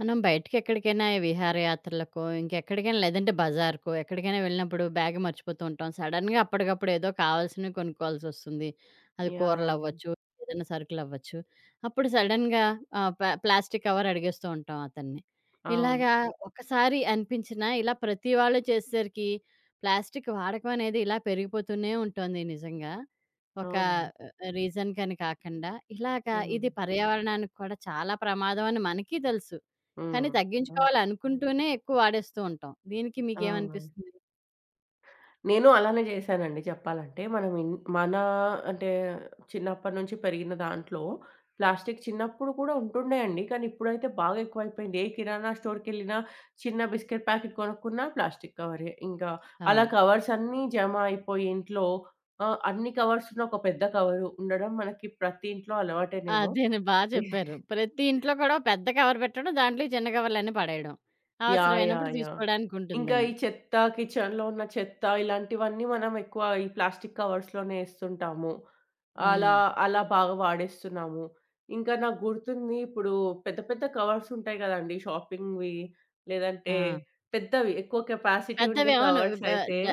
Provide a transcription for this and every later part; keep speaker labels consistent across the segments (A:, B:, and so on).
A: మనం బయటకెక్కడికైనా విహారయాత్రలకో, ఇంకెక్కడికైనా లేదంటే బజార్‌కో, ఎక్కడికైనా వెళ్ళినప్పుడు బ్యాగ్ మర్చిపోతూ ఉంటాం. సడెన్‌గా అప్పటికప్పుడు ఏదో కావాల్సినవి కొనుక్కోవాల్సొస్తుంది. అది
B: యాహ్! యాహ్!
A: కూరలవ్వచ్చు, ఏదైనా సరుకులవ్వచ్చు. అప్పుడు సడెన్‌గా ఆహ్, ప ప్లాస్టిక్ కవర్ అడిగేస్తూ ఉంటాం అతన్ని.
B: అవును.
A: ఇలాగా ఒకసారి అనిపించినా ఇలా ప్రతి వాళ్ళు చేసేసరికి ప్లాస్టిక్ వాడకం అనేది ఇలా పెరిగిపోతూనే ఉంటుంది నిజంగా. ఒక
B: అవునండి.
A: రీజన్ కని కాకుండా. ఇలాగా
B: హ్మ్.
A: ఇది పర్యావరణానికి కూడా చాలా ప్రమాదం అని మనకి తెలుసు. కానీ
B: హ్మ్. ఆ!
A: తగ్గించుకోవాలనుకుంటూనే ఎక్కువ వాడేస్తూ ఉంటాం. దీనికి
B: అవునండి.
A: మీకేమనిపిస్తుంది?
B: నేను అలానే చేశానండి చెప్పాలంటే. మనం ఇన్ మన అంటే చిన్నప్పటి నుంచి పెరిగిన దాంట్లో ప్లాస్టిక్ చిన్నప్పుడు కూడా ఉంటుండేయండి. కానీ ఇప్పుడైతే బాగా ఎక్కువైపోయింది. ఏ కిరాణా స్టోర్‌కెళ్ళినా చిన్న బిస్కెట్ ప్యాకెట్ కొనుక్కున్నా ప్లాస్టిక్ కవరే. ఇంకా అలా
A: అవును.
B: కవర్స్ అన్నీ జమ అయిపోయి ఇంట్లో అన్ని కవర్స్‌లో ఒక పెద్ద కవరు ఉండడం మనకి ప్రతి ఇంట్లో అలవాటేనేమో.
A: అదేను. బా చెప్పారు. ప్రతి ఇంట్లో కూడా ఓ పెద్ద కవర్ పెట్టడం, దాంట్లో ఈ చిన్న కవర్‌లన్నీ పడేయడం.
B: యాహ్!
A: అవసరమైనప్పుడు
B: యాహ్! యాహ్! ఇంకా
A: తీసుకోడానికుంటుందని.
B: ఈ చెత్త కిచెన్‌లో ఉన్న చెత్త ఇలాంటివన్నీ మనం ఎక్కువ ఈ ప్లాస్టిక్ కవర్స్‌లోనే ఎస్తుంటాము. అలా
A: హ్మ్.
B: అలా బాగా వాడేస్తున్నాము. ఇంకా నాకు గుర్తుంది ఇప్పుడు పెద్ద పెద్ద కవర్స్ ఉంటాయి గదండీ! షాపింగ్‌వి లేదంటే
A: ఆ!
B: పెద్దవి ఎక్కువ కెపాసిటీ
A: పెద్దవి
B: ఉండే
A: అవును.
B: కవర్స్
A: బ
B: అయితే
A: డ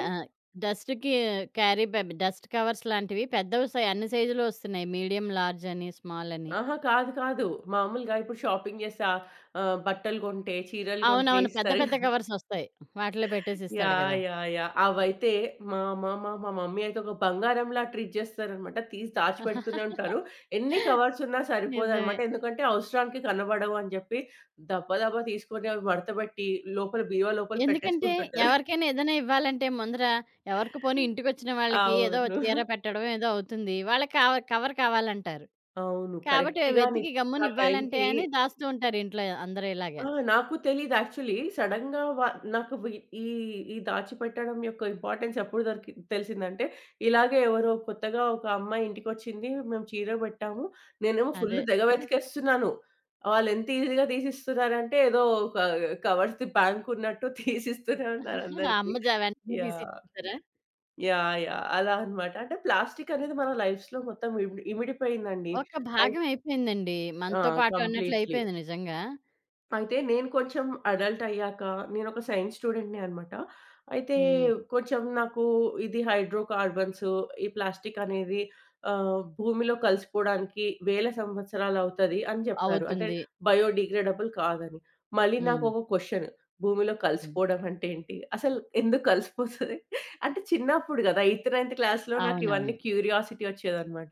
A: డస్ట్‌కి క్యారీ బ్యాగ్ డస్ట్ కవర్స్ లాంటివి పెద్దవి అన్ని సైజులు ఒస్తున్నాయి. మీడియం, లార్జ్ అని, స్మాల్ అని.
B: అహా! కాదు కాదు. మామూలుగా ఇప్పుడు షాపింగ్ చేసా ఆహ్, బట్టలు కొంటే, చీరలు కొంటే
A: అవునవును. పెద్ద
B: ఇస్తారు.
A: పెద్ద కవర్సొస్తాయి. వాటిలో పెట్టేసిస్తాడు
B: యాహ్!
A: గదా!
B: యాహ్! యాహ్! అవైతే మా మా మా మా మమ్మీ అయితే ఒక బంగారంలా ట్రీట్ చేస్తారనమాట. తీసి దాచిపెడుతూనే ఉంటారు. ఎన్ని కవర్స్ ఉన్నా
A: నిజమే.
B: సరిపోదనమాట. ఎందుకంటే అవసరానికి కనబడవు అని జెప్పి దబ దబా తీసుకొని అవి మడతబెట్టి లోపల బీరువా లోపల
A: ఎందుకంటే,
B: పెట్టేసుకుంటుంటారు.
A: ఎవరికైనా ఏదైనా ఇవ్వాలంటే ముందర ఎవరికి పోనీ ఇంటికొచ్చిన వాళ్ళకి ఏదో
B: అవును.
A: చీర పెట్టడం ఏదో అవుతుంది. వాళ్ళకి కవర్ కావాలంటారు.
B: అవును.
A: కాబట్టి
B: కరెక్ట్‌గా
A: వెతికి గమ్మున
B: నిజంగా ఆ
A: ఇవ్వాలంటే
B: టైంకి
A: అని దాస్తూ ఉంటారు ఇంట్లో అందరూ ఇలాగా.
B: ఆ! నాకు తెలీదు యాక్చువల్లీ. సడెన్‌గా వ నాకు వి ఈ ఈ దాచిపెట్టడం యొక్క ఇంపార్టెన్స్ ఎప్పుడు దొరికి తెలిసిందంటే, ఇలాగే ఎవరో కొత్తగా ఒక అమ్మాయి ఇంటికొచ్చింది. మేము చీర పెట్టాము. నేనేమో ఫుల్
A: అదే.
B: తెగ వెతికేస్తున్నాను. వాళ్ళెంత ఈజీగా తీసిస్తున్నారంటే, ఏదో ఒక కవర్స్‌ది బ్యాంక్ ఉన్నట్టు తీసిస్తూనే ఉన్నారు
A: ఆ
B: అందరికి.
A: అమ్మ జ వెంటనే
B: యాహ్!
A: తీసిచ్చేసారా?
B: యాహ్! యాహ్! అలా అన్నమాట. అంటే ప్లాస్టిక్ అనేది మన లైఫ్స్‌లో మొత్తం ఇమిడిపోయిందండి.
A: ఒక
B: అయి
A: భాగం అయిపోయిందండి.
B: ఆ!
A: మనతో పాటు అన్నట్లు
B: కంప్లీట్‌లీ.
A: అయిపోయింది నిజంగా.
B: అయితే నేను కొంచెం అడల్ట్ అయ్యాక నేనొక సైన్స్ స్టూడెంట్‌నే అనమాట. అయితే
A: హ్మ్.
B: కొంచెం నాకు ఇది హైడ్రో కార్బన్స్, ఈ ప్లాస్టిక్ అనేది భూమిలో కలిసిపోవడానికి వేల సంవత్సరాలవుతది అని చెప్పారు. అంటే
A: అవుతుంది.
B: బయోడిగ్రేడబుల్ కాదని. మళ్ళీ
A: హ్మ్.
B: నాకొక క్వెషన్, భూమిలో
A: హ్మ్.
B: కలిసిపోవడం అంటే ఏంటి? అసలు ఎందుకు కలిసిపోతది? అంటే చిన్నప్పుడు గదా! ఎయిత్, నైన్త్ క్లాస్‌లో నాకు
A: అవునవును.
B: ఇవన్నీ క్యూరియాసిటీ వచ్చేదనమాట.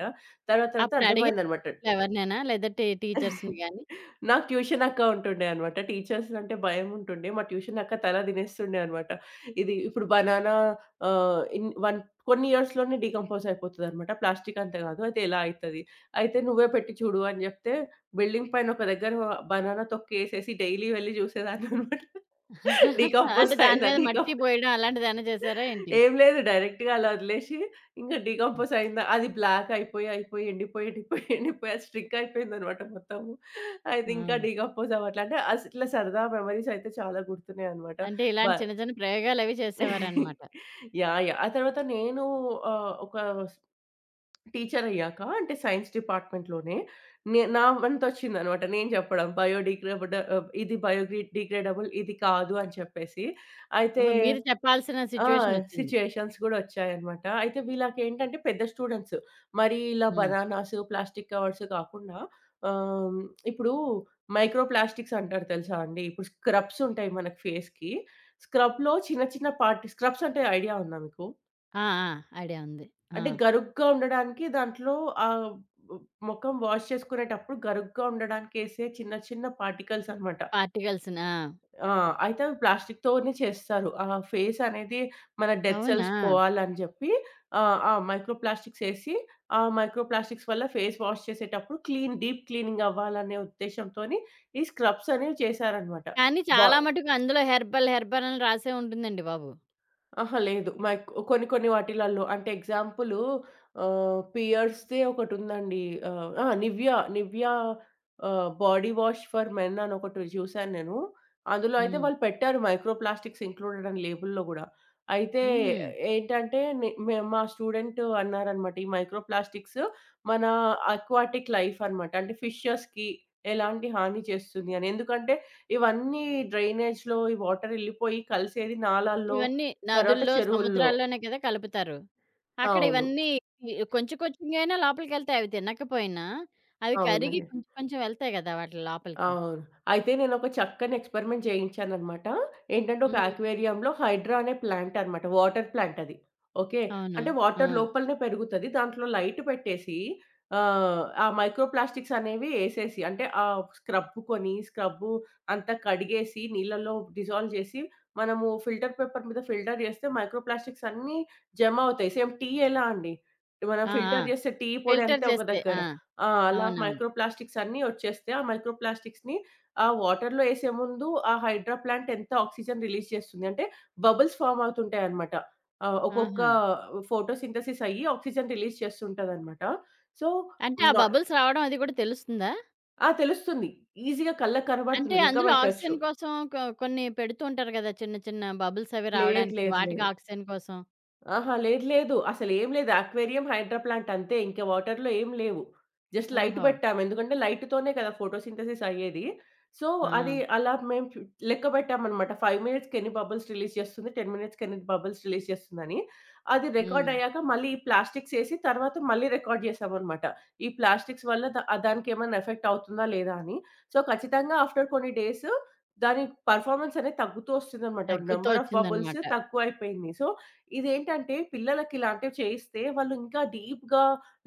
B: తర్వాత తర్వాత
A: అప్పుడు అడిగారా
B: అర్థమైందనమాట.
A: ఎవరినైనా? లేదా టీచర్స్‌ని గాని?
B: నాకు ట్యూషన్ అక్క ఉంటుండే అనమాట. టీచర్స్ అంటే భయముంటుండే. మా ట్యూషన్ అక్క తల తినేస్తుండే అనమాట. ఇది ఇప్పుడు బనానా ఇన్ వన్ కొన్ని ఇయర్స్‌లోనే డీకంపోజ్ అయిపోతదనమాట. ప్లాస్టిక్ అంత కాదు. అయితే ఎలా అయితది? అయితే నువ్వే పెట్టి చూడు అని జెప్తే, బిల్డింగ్ పైన ఒక దగ్గర బనానా తొక్కేసేసి డైలీ వెళ్లి చూసేదాన్ననమాట. డీకంపోజ్
A: అంటే దాని
B: అయిందా?
A: మీద మట్టి పోయడం అలాంటిదేమైనా చేసారా ఏంటి?
B: ఏం లేదు. డైరెక్ట్‌గా అలా వదిలేసి ఇంక డీకంపోజ్ అయిందా అది బ్లాక్ అయిపోయి, అయిపోయి ఎండిపోయి, ఎండిపోయి, ఎండిపోయి అది స్ట్రిక్ అయిపోయిందనమాట మొత్తము. అయితే ఇంకా
A: ఆ!
B: డీకంపోజ్ అవ్వట్లే. అంటే అస్ ఇట్లా సరదా మెమోరీస్ అయితే చాలా గుర్తున్నాయనమాట.
A: అంటే
B: బ
A: ఇలాంటి చిన్న చిన్న ప్రయోగాలవి చేసేవారనమాట.
B: యాహ్! యాహ్! ఆ తర్వాత నేను ఒక టీచర్ అయ్యాక అంటే సైన్స్ డిపార్ట్‌మెంట్‌లోనే నా వంతొచ్చిందనమాట నేను చెప్పడం. ఇది బయోగ్రీ డిగ్రేడబుల్ ఇది కాదు అని చెప్పేసి. అయితే
A: ఓహో! మీరు చెప్పాల్సిన
B: ఆ!
A: సిట్యుయేషనొచ్చింది.
B: సిట్యుయేషన్స్ గూడా ఒచ్చాయన్నమాట. అయితే వీళ్ళకేంటంటే పెద్ద స్టూడెంట్స్. మరి ఇలా
A: హ్మ్.
B: బనానాసు, ప్లాస్టిక్ కవర్స్ కాకుండా ఆహ్, ఇప్పుడు మైక్రో ప్లాస్టిక్స్ అంటారు తెలుసా అండి? ఇప్పుడు స్క్రబ్స్ ఉంటాయి మనకి ఫేస్‌కి. స్క్రబ్‌లో చిన్న చిన్న పార్ట్ స్క్రబ్స్ అంటే ఐడియా ఉందా మీకు?
A: ఆ! ఆ! ఐడియా ఉంది. ఆ!
B: అంటే గరుగ్గా ఉండడానికి దాంట్లో ఆహ్, మొఖం వాష్ చేసుకునేటప్పుడు గరుగ్గా ఉండడానికేసే చిన్న చిన్న పార్టికల్స్ అన్నమాట.
A: పార్టికల్స్‌నా?
B: ఆ! అయితే అవి ప్లాస్టిక్‌తోనే చేస్తారు. ఆ ఫేస్ అనేది మన డెడ్
A: అవునా?
B: సెల్స్ పోవాలని జెప్పి ఆ మైక్రో ప్లాస్టిక్స్ ఏసి, ఆ మైక్రో ప్లాస్టిక్స్ వల్ల ఫేస్ వాష్ చేసేటప్పుడు క్లీన్ డీప్ క్లీనింగ్ అవ్వాలనే ఉద్దేశ్యంతోని ఈ స్క్రబ్స్ అనేవి చేశారనమాట.
A: కానీ
B: బా
A: చాలా మటుకు అందులో హెర్బల్, హెర్బల్ అని రాసే ఉంటుందండి బాబు.
B: అహా! లేదు. కొన్ని కొన్ని వాటిలల్లో అంటే ఎగ్జాంపులు, పియర్స్‌ది ఒకటుందండి. Nivea body wash for men అని ఒకటి చూసాను నేను. అందులో అయితే
A: హ్మ్.
B: వాళ్ళు పెట్టారు మైక్రో ప్లాస్టిక్స్ ఇంక్లూడెడ్ అని లేబుల్‌లో గూడా. అయితే
A: హుహు.
B: ఏంటంటే నే మే మా స్టూడెంట్ అన్నారనమాట. ఈ మైక్రో ప్లాస్టిక్స్ మన అక్వాటిక్ లైఫ్ అనమాట. అంటే ఫిషెస్‌కి ఎలాంటి హాని చేస్తుంది అని. ఎందుకంటే ఇవన్నీ డ్రైనేజ్‌లో ఈ వాటర్ ఎళ్ళిపోయి కలిసేది నాలాల్లో
A: ఇవన్నీ
B: తర్వాత
A: నదుల్లో,
B: చెరువుల్లో.
A: సముద్రాల్లోనే కదా కలుపుతారు. అక్కడ
B: అవును.
A: ఇవన్నీ ఇ కొంచెం కొంచెంగైనా లోపలికెళ్తాయి. అవి తినకపోయినా అవి కరిగి
B: అవునండి.
A: కొంచెం కొంచెం వెళ్తాయి గదా వాటి లోపలికి.
B: అవును. అయితే నేనొక చక్కని ఎక్స్‌పెరిమెంట్ చేయించాననమాట. ఏంటంటే ఒక
A: హ్మ్.
B: అక్వేరియంలో హైడ్రా అనే ప్లాంట్ అనమాట. వాటర్ ప్లాంట్ అది. ఓకే.
A: అవును.
B: అంటే
A: ఆ!
B: వాటర్ లోపలనే పెరుగుతది. దాంట్లో లైట్ పెట్టేసి ఆ మైక్రో ప్లాస్టిక్స్ అనేవి ఏసేసి అంటే, స్క్రబ్ కొని అంతా కడిగేసి నీళ్ళలో డిజాల్వ్ చేసి మనము ఫిల్టర్ పేపర్ మీద ఫిల్టర్ చేస్తే మైక్రో ప్లాస్టిక్స్ అన్నీ జమ అవుతాయి. సేమ్ టీ ఎలా అండి. మనం
A: ఆ! ఆ!
B: ఫిల్టర్ చేస్తే టీ పొడి
A: ఫిల్టర్
B: అంతా ఒక
A: చేస్తే.
B: దగ్గర.
A: ఆ!
B: ఆ! అలా
A: అవునవును.
B: మైక్రో ప్లాస్టిక్స్ అన్నీ వచ్చేస్తే, ఆ మైక్రో ప్లాస్టిక్స్‌ని ఆ వాటర్‌లో ఏసే ముందు ఆ హైడ్రా ప్లాంట్ ఎంత ఆక్సిజన్ రిలీజ్ చేస్తుంది అంటే, బబుల్స్ ఫార్మ్ అవుతుంటాయన్నమాట. ఆహ్, ఒక్కొక్క
A: ఆహా!
B: ఫోటోసింథసిస్ అయ్యి ఆక్సిజన్ రిలీజ్ చేస్తుంటదన్నమాట. సో,
A: అంటే ఆ
B: నా
A: బబుల్స్ రావడం అది కూడా తెలుస్తుందా?
B: ఆ! తెలుస్తుంది. ఈజీగా కళ్ళకి
A: అంటే
B: కనబడుతుంది. లెక్క
A: అందులో
B: పెట్టొచ్చు.
A: ఆక్సిజన్ కోసం కొన్ని పెడుతూ ఉంటారు గదా! చిన్న చిన్న బబుల్స్ అవి
B: లేదు.
A: రావడానికి.
B: లేదు.
A: వాటికి
B: లేదు.
A: ఆక్సిజన్ కోసం.
B: ఆహా! లేదు. లేదు. అసలేం లేదు. అక్వేరియం, హైడ్రా ప్లాంట్ అంతే. ఇంక వాటర్‌లో ఏం లేవు. జస్ట్ లైట్
A: ఓహో!
B: పెట్టాము. ఎందుకంటే లైట్‌తోనే కదా ఫోటోసింథసిస్ అయ్యేది. సో,
A: ఆ!
B: అది అలా మేము చు లెక్క పెట్టామనమాట. 5 మినిట్స్‌కి ఎన్ని బబుల్స్ రిలీజ్ చేస్తుంది, 10 మినిట్స్‌కి ఎన్ని బబుల్స్ రిలీజ్ చేస్తుందని. అది రికార్డ్
A: హ్మ్.
B: అయ్యాక మళ్ళీ ఈ ప్లాస్టిక్స్ ఏసి తర్వాత మళ్ళీ రికార్డ్ చేసామనమాట. ఈ ప్లాస్టిక్స్ వల్ల దానికేమన్నా ఎఫెక్ట్ అవుతుందా లేదా అని. సో, ఖచ్చితంగా ఆఫ్టర్ కొన్ని డేస్ దాని పెర్ఫార్మన్స్ అనేది తగ్గుతూ వస్తుందనమాట.
A: తగ్గుతూ
B: నంబర్ ఆఫ్ బబుల్స్
A: వచ్చిందనమాట.
B: తక్కువైపోయింది. సో ఇదేంటంటే పిల్లలకి ఇలాంటివి చేయిస్తే వాళ్ళు ఇంకా డీప్‌గా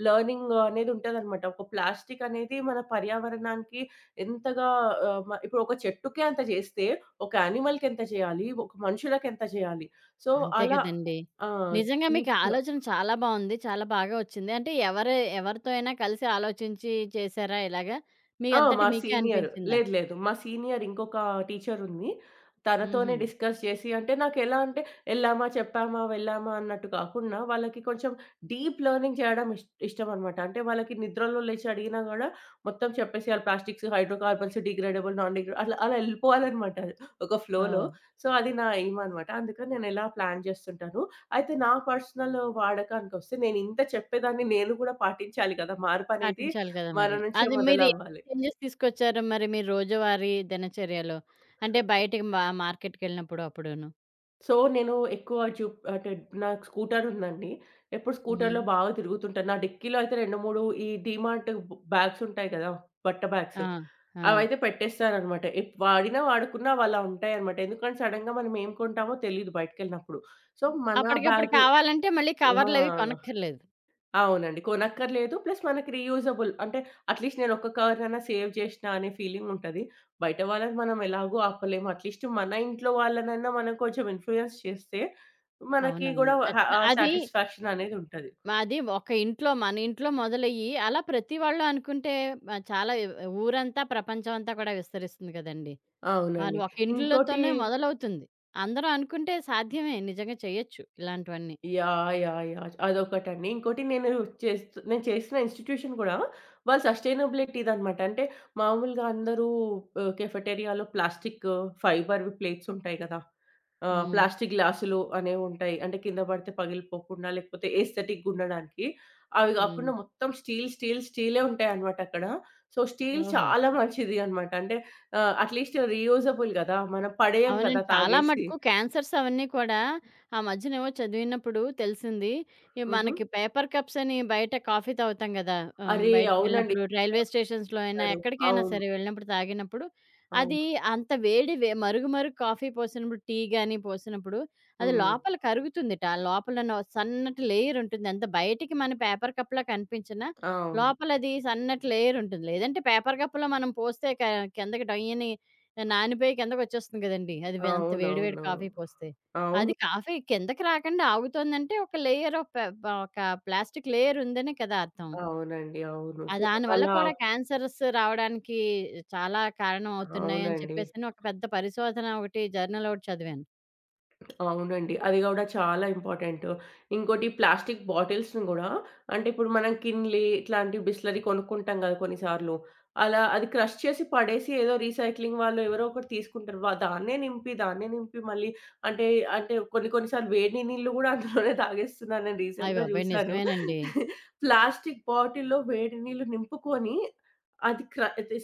B: లెర్నింగ్ అనేది ఉంటదనమాట. ఒక ప్లాస్టిక్ అనేది మన పర్యావరణానికి ఎంతగా ఆహ్, మ ఇప్పుడు ఒక చెట్టుకే అంత చేస్తే, ఒక యానిమల్‌కి ఎంత చేయాలి? ఒక మనుషులకి ఎంత చేయాలి? సో,
A: అంతే
B: అలా
A: గదండీ.
B: ఆ!
A: నిజంగా మీకు
B: డీప్‌గా
A: ఆలోచన చాలా బావుంది. చాలా బాగా వచ్చింది. అంటే ఎవరు ఎవరితో అయినా కలిసి ఆలోచించి చేశారా ఇలాగా? మీ
B: ఆ!
A: అంతట
B: మా
A: మీకే
B: సీనియర్.
A: అనిపించిందా?
B: లేదు, లేదు. మా సీనియర్ ఇంకొక టీచరుంది.
A: హుహు.
B: తనతోనే డిస్కస్ చేసి అంటే నాకెలా అంటే, ఎళ్ళామా, చెప్పామా, వెళ్ళామా అన్నట్టు కాకుండా వాళ్ళకి కొంచెం డీప్ లెర్నింగ్ చేయడం ఇష్టమనమాట. అంటే వాళ్ళకి నిద్రలో లేచి అడిగినా గూడా మొత్తం చెప్పేసేయాలి. ప్లాస్టిక్స్, హైడ్రోకార్బన్స్, డిగ్రేడబుల్, నాన్ డిగ్రే అట్లా అలా ఎళ్ళిపోవాలనమాట ఒక ఫ్లోలో.
A: ఓహ్!
B: సో, అది నా ఎయిమ్ అనమాట. అందుకని నేనెలా ప్లాన్ చేస్తుంటాను. అయితే నా పర్సనల్ వాడకానికొస్తే నేనింత చెప్పేదాన్ని నేను గూడా పాటించాలి కదా! మార్పనేది
A: పాటించాలి కదా
B: మన
A: మరి.
B: నుంచే
A: అది మీరు ఏం
B: మొదలవ్వాలి.
A: చేంజెస్ తీసుకొచ్చారు మరి మీ రోజువారీ దినచర్యలో? అంటే బయటకి మా మార్కెట్‌కెళ్ళినప్పుడు అప్పుడూను.
B: సో, నేను ఎక్కువ జూప్ అంటే నాకు స్కూటర్ ఉందండి. ఎప్పుడు
A: హ్మ్.
B: స్కూటర్‌లో బాగా తిరుగుతుంటాను. నా డిక్కీలో అయితే 2, 3 ఈ డీమార్ట్ బ్యాగ్స్ ఉంటాయి కదా! బట్ట బ్యాగ్స్.
A: ఆ! ఆ!
B: అవైతే పెట్టేస్తాననమాట. ఎప్ వాడినా, వాడకున్నా అవి అలా ఉంటాయనమాట. ఎందుకంటే సడెన్‌గా మనం ఏం కొంటామో తెలీదు బయటికెళ్ళినప్పుడు. సో, మన
A: అప్పటికప్పుడు
B: బ్యాగ్
A: కావాలంటే మళ్ళీ కవర్లవి
B: ఆ!
A: కొనక్కర్లేదు.
B: అవునండి. కొనక్కర్లేదు. ప్లస్ మనకి రీయూజబుల్. అంటే అట్‌లీస్ట్ నేను ఒక్క కవర్ అన్నా సేవ్ చేషినా అనే ఫీలింగ్ ఉంటది. బయట వాళ్ళని మనం ఎలాగో ఆపలేము. అట్‌లీస్ట్ మన ఇంట్లో వాళ్ళనన్నా మనం కొంచెం ఇన్‌ఫ్లుయెన్స్ చేస్తే మనకి
A: అవునవును.
B: గూడా
A: ఖచ్చితం.
B: ఆ
A: అది
B: సాటిస్ఫాక్షన్ అనేది ఉంటది.
A: అది ఒక ఇంట్లో మన ఇంట్లో మొదలయ్యి అలా ప్రతి వాళ్ళు అనుకుంటే చాలా ఊరంతా, ప్రపంచం అంతా కూడా విస్తరిస్తుంది కదండీ! అది
B: అవునండి.
A: ఒక
B: ఇంకోటి
A: ఇంట్లోతోనే మొదలవుతుంది. అందరూ అనుకుంటే సాధ్యమే నిజంగా చేయొచ్చు ఇలాంటివన్నీ.
B: యాహ్! యాహ్! యాహ్! అదొకటండి. ఇంకోటి నేను చేస్తూ నేను చేసిన ఇన్‌స్టిట్యూషన్ గూడా వాళ్ళు సస్టైనబిలిటీదనమాట. అంటే మామూలుగా అందరూ కెఫెటేరియాలో ప్లాస్టిక్ ఫైబర్‌వి ప్లేట్స్ ఉంటాయి గదా!
A: హ్మ్.
B: ప్లాస్టిక్ గ్లాసులు అనేవుంటాయి. అంటే కింద పడితే పగిలిపోకుండా లేకపోతే ఎస్థెటిక్‌గుండడానికి. అవి
A: హ్మ్.
B: గాకుండా మొత్తం స్టీల్, స్టీల్, స్టీలే ఉంటాయనమాట అక్కడ. సో, స్టీల్
A: ఓహో!
B: చాలా మంచిది అనమాట. అంటే అట్‌లీస్ట్ రీయూజబుల్ గదా! మనం పడేయం
A: అవునండి.
B: గదా!
A: చాలా
B: తాగేసి.
A: మటుకు క్యాన్సర్స్ అవన్నీ కూడా ఆ మధ్యనేవో చదివినప్పుడు తెలిసింది. ఈ
B: హుహు.
A: మనకి పేపర్ కప్స్ అని బయట కాఫీ తాగుతాం గదా!
B: అరే! అవునండి.
A: బయటికెళ్ళినప్పుడు రైల్వే స్టేషన్స్‌లో అయినా
B: చెప్పారు.
A: ఎక్కడికైనా
B: అవును.
A: సరే వెళ్ళినప్పుడు తాగినప్పుడు అది
B: అవును.
A: అంత వేడి మరుగు మరుగు కాఫీ పోసినప్పుడు, టీ గాని పోసినప్పుడు అది
B: హ్మ్.
A: లోపల కరుగుతుందిట. లోపలనో సన్నటి లేయర్ ఉంటుంది. అంత బయటికి మన పేపర్ కప్‌లా కనిపించినా
B: అవును.
A: లోపలది సన్నటి లేయర్ ఉంటుంది. లేదంటే పేపర్ కప్‌లో మనం పోస్తే కిందకి డొయ్యని నానిపోయి కిందకొచ్చేస్తుంది కదండీ! అది అంత వేడి వేడి
B: అవునవునవును.
A: కాఫీ పోస్తే.
B: అవును.
A: అది కాఫీ కిందకి రాకండా ఆగుతోందంటే ఒక లేయర్ ఆఫ్ ప ప ఒక ప్లాస్టిక్ లేయర్ ఉందని కదా అర్థం.
B: అవునండి. అవును.
A: ఆ
B: సో,
A: దానివల్ల
B: అలా
A: కూడా క్యాన్సర్స్ రావడానికి చాలా కారణం అవుతున్నాయి అని
B: అవునండి.
A: చెప్పేసని ఒక పెద్ద పరిశోధన ఒకటి జర్నల్ ఒకటి చదివాను.
B: అవునండి. అది గూడా చాలా ఇంపార్టెంట్. ఇంకోటి ప్లాస్టిక్ బాటిల్స్‌ని గూడా అంటే ఇప్పుడు మనం కిన్లీ ఇట్లాంటి బిస్లెరి కొనుక్కుంటాం గదా! కొన్నిసార్లు. అలా అది క్రష్ చేసి పడేసి ఏదో రీసైక్లింగ్ వాళ్ళు ఎవరో ఒకరు తీసుకుంటారు. దాన్నే నింపి, దాన్నే నింపి మళ్ళీ అంటే అంటే కొన్ని కొన్ని సార్లు వేడి నీళ్ళు గూడా అందులోనే తాగేస్తున్నారు. నేను
A: అయ్య
B: రీసెంట్‌గా
A: బాబోయ్!
B: జూసాను.
A: నిజమేనండి.
B: ప్లాస్టిక్ బాటిల్‌లో వేడి నీళ్ళు నింపుకొని అది క్ర అది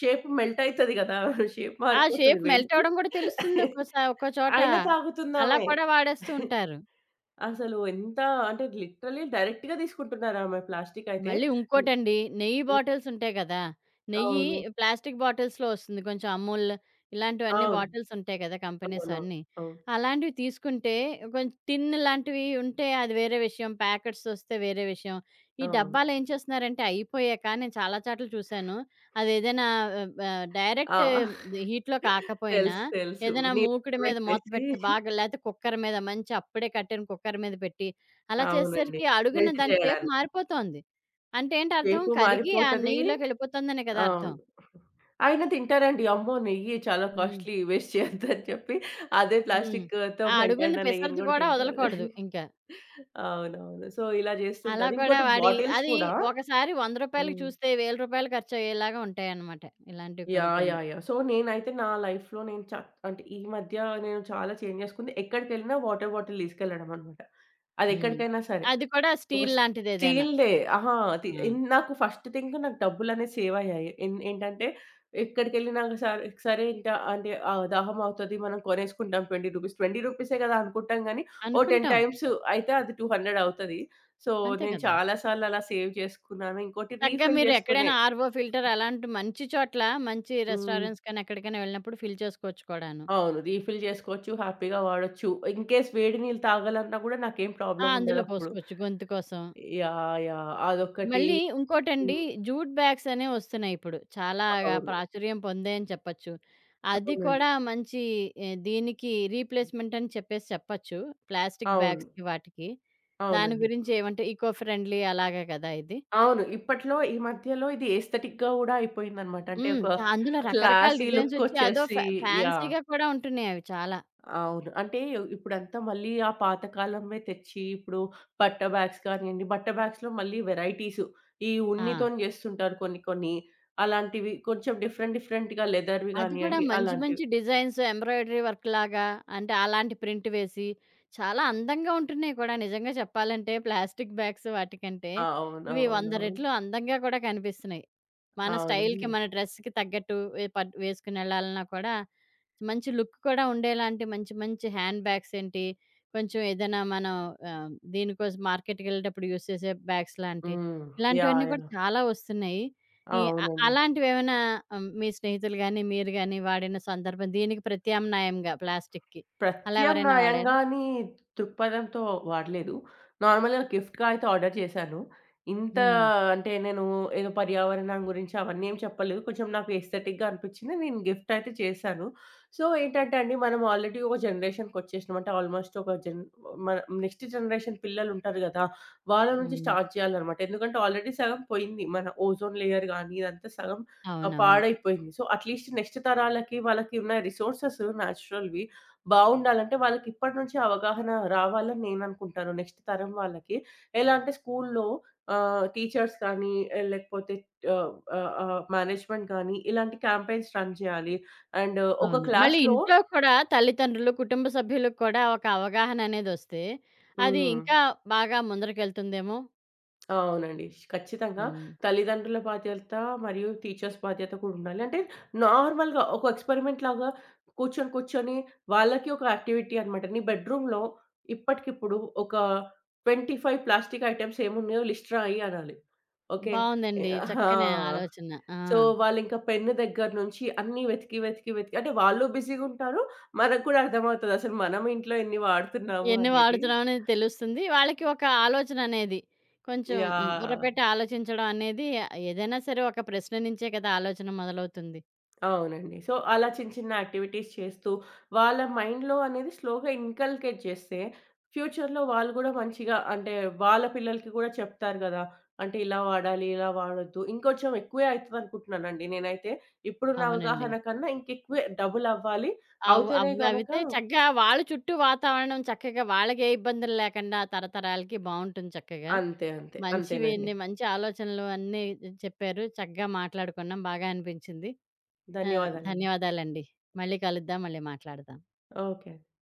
B: షేప్ మెల్ట్ అయితది గదా! షేప్
A: ఆ
B: మారిపోతది
A: షేప్ మెల్ట్
B: వేడిది.
A: అవ్వడం కూడా తెలుస్తుంది ఒక్కోసా ఒక్కో చోట.
B: అయినా
A: అలా
B: తాగుతుందామె.
A: కూడా వాడేస్తూ ఉంటారు.
B: అసలు ఎంత అంటే లిటరల్లీ డైరెక్ట్‌గా తీసుకుంటున్నారామె ప్లాస్టిక్ అయితే.
A: మళ్ళీ
B: హ్మ్.
A: ఉంకోటండి. నెయ్యి
B: హ్మ్.
A: బాటిల్స్ ఉంటాయి గదా! నెయ్యి
B: అవును.
A: ప్లాస్టిక్ బాటిల్స్‌లో వస్తుంది. కొంచెం అమూల్ ఇలాంటివన్నీ
B: అవును.
A: బాటిల్స్ ఉంటాయి గదా! కంపెనీస్
B: అవునవును.
A: అన్నీ.
B: అవును.
A: అలాంటివి తీసుకుంటే కొంచెం టిన్ లాంటివి ఉంటే అది వేరే విషయం. ప్యాకెట్స్ వస్తే వేరే విషయం. ఈ
B: అవును.
A: డబ్బాలు ఏం చేస్తున్నారంటే అయిపోయాక నేను చాలా చోట్ల చూసాను. అదేదైనా ఆహ్, ఆహ్, డైరెక్ట్
B: ఆ!
A: హీట్‌లో కాకపోయినా
B: తెలుసు. తెలుసు.
A: ఏదైనా మూకుడు
B: నీళ్ళలో
A: మీద మూత
B: పెట్టేసి
A: పెట్టి బాగా లేతే కుక్కర్ మీద మంచి అప్పుడే కట్టిన కుక్కర్ మీద పెట్టి అలా
B: అవునండి.
A: చేసేసరికి అడుగున
B: మెల్ట్
A: దాని షేప్
B: చేయడానికి.
A: మారిపోతోంది. అంటే ఏంటి అర్థం?
B: షేపు
A: కరిగి ఆ
B: మారిపోతది.
A: నెయ్యిలోకెళ్ళిపోతుందనే కదా
B: అవును.
A: అర్థం.
B: అయినా తింటారండి. అమ్మో! నెయ్యి చాలా
A: హ్మ్.
B: కాస్ట్‌లీ వేస్ట్ చేయొద్దని చెప్పి అదే
A: హ్మ్.
B: ప్లాస్టిక్‌తో
A: ఆ అడుగున్న
B: మెంతైన నెయ్యిని
A: పిసరిది
B: గూడా
A: కూడా
B: తింటారు.
A: వదలకూడదు ఇంక.
B: అవునవును. సో, ఇలా
A: అలా
B: జేస్తుంటారు.
A: కూడా
B: ఇంకోటి
A: వాడి
B: బాటిల్స్
A: అది
B: కూడా
A: ఒకసారి ₹100కి
B: హ్మ్.
A: చూస్తే ₹1,000 ఖర్చయ్యేలాగా ఉంటాయన్నమాట. ఇలాంటివి కొన్ని
B: యాహ్!
A: కొన్ని.
B: యాహ్! యాహ్! సో, నేనైతే నా లైఫ్‌లో నేను చ అంటే ఈ మధ్య నేను చాలా చేంజ్ జేసుకుంది. ఎక్కడికెళ్ళినా వాటర్ బాటిల్ తీసుకెళ్లడం అనమాట. అది
A: హ్మ్.
B: ఎక్కడికైనా సరే.
A: అది కూడా
B: ఒక
A: స్టీల్
B: స్
A: లాంటిదేదైనా.
B: స్టీల్‌దే. అహా!
A: ఆ!
B: నాకు ఫస్ట్ థింగ్ నాకు డబ్బులనేవి సేవ్ అయ్యాయి. ఏంటంటే ఎక్కడికెళ్ళినా సరే సరే ఇంక అంటే దాహం అవుతది మనం కొనేసుకుంటాం రూ. 20 రూపీసే కదా అనుకుంటాం గానీ, ఓ 10
A: అనుకుంటాం.
B: టైమ్స్ అయితే అది 200 అవుతది. సో,
A: అంతే
B: నేను
A: కదా!
B: చాలా సార్లు అలా సేవ్ చేసుకున్నాను. ఇంకోటి
A: చక్కగా
B: రీఫిల్
A: మీరు
B: చేసుకునే
A: ఎక్కడైనా ఆర్‌ఓ ఫిల్టర్ అలాంటి మంచి చోట్ల, మంచి
B: హ్మ్.
A: రెస్టారెంట్స్ కానీ ఎక్కడికైనా వెళ్ళినప్పుడు ఫిల్ చేసుకోవచ్చు కూడాను.
B: అవును. రీఫిల్ చేసుకోవచ్చు. హ్యాపీగా వాడొచ్చు. ఇన్ కేస్ వేడి నీళ్ళు తాగాలన్నా కూడా నాకేం
A: ఆ!
B: ప్రాబ్లమ్
A: అందులో
B: ఉండదప్పుడు.
A: పోసుకోవచ్చు గొంతు కోసం.
B: యాహ్! యాహ్! అదొక్కటి.
A: మళ్ళీ ఇంకోటండి
B: హ్మ్.
A: జూట్ బ్యాగ్స్ అనేవి వస్తున్నాయి ఇప్పుడు. చాలాగా
B: అవును.
A: ప్రాచుర్యం పొందాయని చెప్పొచ్చు. అది
B: అవునండి.
A: కూడా మంచి దీనికి రీప్లేస్‌మెంట్ అని చెప్పేసి చెప్పొచ్చు. ప్లాస్టిక్
B: అవును.
A: బ్యాగ్స్‌కి వాటికి. దాని
B: అవునండి.
A: గురించి ఏమంటే ఈకో ఫ్రెండ్లీ అలాగే కదా ఇది.
B: అవును. ఇప్పట్లో ఈ మధ్యలో ఇది ఎస్థెటిక్‌గా గూడా అయిపోయిందనమాట. అంటే
A: హ్మ్.
B: ఒక
A: అందులో రకరకాల
B: క్లాసీ
A: డిజైన్స్ వచ్చి అదో
B: లుక్కొచ్చేసి యాహ్!
A: ఫ్యాన్సీ‌గా కూడా ఉంటున్నాయి అవి చాలా.
B: అవును. అంటే ఇప్పుడంతా మళ్ళీ ఆ పాతకాలంవే తెచ్చి ఇప్పుడు బట్ట బ్యాగ్స్ కానియండి, బట్ట బ్యాగ్స్‌లో మళ్ళీ వెరైటీసు. ఈ
A: ఆ!
B: ఉన్నితోని జేస్తుంటారు కొన్ని కొన్ని. అలాంటివి కొంచెం డిఫరెంట్ డిఫరెంట్‌గా లెదర్‌వి
A: అది కూడా
B: గానియండి
A: మంచి మంచి
B: అలాంటివి.
A: డిజైన్స్ ఎంబ్రాయిడరీ వర్క్ లాగా అంటే అలాంటి ప్రింట్ వేసి, చాలా అందంగా ఉంటున్నాయి కూడా నిజంగా చెప్పాలంటే ప్లాస్టిక్ బ్యాగ్స్ వాటికంటే, ఇవి 100
B: అవునవునవును.
A: రెట్లు అందంగా కూడా కనిపిస్తున్నాయి. మన స్టైల్‌కి
B: అవునండి.
A: మన డ్రెస్‌కి తగ్గట్టు వే పట్ వేసుకొనెళ్ళాలన్నా కూడా, మంచి లుక్ కూడా ఉండేలాంటి మంచి మంచి హ్యాండ్ బ్యాగ్స్ ఏంటి, కొంచెం ఏదైనా మనం ఆహ్, దీనికోసం మార్కెట్‌కెళ్ళేటప్పుడు యూజ్ చేసే బ్యాగ్స్ లాంటి,
B: హ్మ్. యాహ్!
A: ఇలాంటివన్నీ కూడా
B: యాహ్!
A: చాలా వస్తున్నాయి. ఈ అ
B: అవునండి.
A: అలాంటివేమైనా మీ స్నేహితులు గాని, మీరు గాని వాడిన సందర్భం దీనికి ప్రత్యామ్నాయంగా ప్లాస్టిక్‌కి అలా ఎవరైనా వాడారా?
B: ప్రత్యామ్నాయంగా అని దృక్పథంతో వాడలేదు. నార్మల్‌గా గిఫ్ట్‌గా అయితే ఆర్డర్ చేశాను. ఇంత
A: హ్మ్.
B: అంటే నేను ఏదో పర్యావరణం గురించి అవన్నీ ఏం చెప్పలేదు. కొంచెం నాకు ఎస్థెటిక్‌గా అనిపించింది. నేను గిఫ్ట్ అయితే చేశాను. సో, ఏంటంటే అండి మనం ఆల్రెడీ ఒక జనరేషన్‌కొచ్చేసినాం. అంటే ఆల్‌మోస్ట్ ఒక జన్ మన నెక్స్ట్ జనరేషన్ పిల్లలుంటారు గదా! వాళ్ళ నుంచి
A: హ్మ్.
B: స్టార్ట్ చేయాలనమాట. ఎందుకంటే ఆల్రెడీ సగం పోయింది. మన ఓజోన్ లేయర్ గానీ ఇదంతా సగం
A: అవునవును.
B: పాడైపోయింది. సో, అట్‌లీస్ట్ నెక్స్ట్ తరాలకి వాళ్ళకి ఉన్న రిసోర్సెస్ న్యాచురల్‌వి బావుండాలంటే వాళ్ళకిప్పటి నుంచే అవగాహన రావాలని నేననుకుంటాను. నెక్స్ట్ తరం వాళ్ళకి. ఎలా అంటే స్కూల్లో టీచర్స్ కానీ లేకపోతే ఆహ్, ఆహ్, ఆహ్, మేనేజ్‌మెంట్ గానీ ఇలాంటి క్యాంపెయిన్స్ రన్ చేయాలి. అండ్ ఒక
A: అవును. మళ్ళీ
B: క్లాస్‌లో
A: ఇంట్లో కూడా తల్లిదండ్రులు, కుటుంబ సభ్యులకు కూడా ఒక అవగాహన అనేదొస్తే అది
B: హ్మ్.
A: ఇంకా బాగా ముందరకెళ్తుందేమో!
B: అవునండి. ఖచ్చితంగా
A: హ్మ్.
B: తల్లిదండ్రుల బాధ్యత మరియు టీచర్స్ బాధ్యత కూడా ఉండాలి. అంటే నార్మల్‌గా ఒక ఎక్స్‌పెరిమెంట్ లాగా కూర్చొని వాళ్ళకి ఒక యాక్టివిటీ అనమాట. నీ బెడ్‌రూమ్‌లో ఇప్పటికిప్పుడు ఒక 25 ప్లాస్టిక్ ఐటెమ్స్ ఏమున్నాయో లిస్ట్ రాయి అనాలి. ఓకే. ఎ
A: బావుందండి.
B: ఆ!
A: చక్కని ఆలోచన. ఆ!
B: సో, వాళ్ళింకా పెన్ను దగ్గర నుంచి అన్నీ వెతికి, వెతికి, వెతికి అంటే వాళ్ళు బిజీగుంటారు. మనకు కూడా అర్థమవుతది అసలు మనం ఇంట్లో ఎన్ని వాడుతున్నాము
A: ఎన్ని
B: అనేది.
A: వాడుతున్నామని తెలుస్తుంది. వాళ్ళకి ఒక ఆలోచననేది. కొంచెం హ్మ్.
B: యాహ్!
A: బుర్రపెట్టి ఆలోచించడం అనేది ఏదైనా సరే ఒక ప్రశ్న నుంచే కదా ఆలోచన మొదలవుతుంది.
B: అవునండి. సో, అలా చిన్న చిన్న యాక్టివిటీస్ చేస్తూ, వాళ్ళ మైండ్‌లో అనేది స్లోగా ఇన్కల్కేట్ చేస్తే, ఫ్యూచర్‌లో వాళ్ళు గూడా మంచిగా అంటే, వాళ్ళ పిల్లలకి గూడా చెప్తారు గదా! అంటే, ఇలా వాడాలి, ఇలా వాడొద్దు. ఇంకొంచెం ఎక్కువే అయితదనుకుంటున్నానండి నేనైతే. ఇప్పుడున్న
A: అవునండి.
B: అవగాహన కన్నా ఇంకెక్కువే డబుల్ అవ్వాలి.
A: అవ్ అవ్
B: అవుతేనే గనక
A: అవితే చక్కగా వాళ్ళ చుట్టూ వాతావరణం చక్కగా వాళ్ళకే ఇబ్బందులు లేకుండా తరతరాలకి బావుంటుంది చక్కగా.
B: అంతే. అంతే.
A: మంచివి
B: అంతేనండి.
A: అన్ని మంచి ఆలోచనలు అన్నీ చెప్పారు. చక్కగా మాట్లాడుకున్నాం. బాగా అనిపించింది. ఆ!
B: ధన్యవాదాలండి.
A: ధన్యవాదాలండి. మళ్ళీ కలుద్దాం. మళ్ళీ మాట్లాడదాం.
B: ఓకే.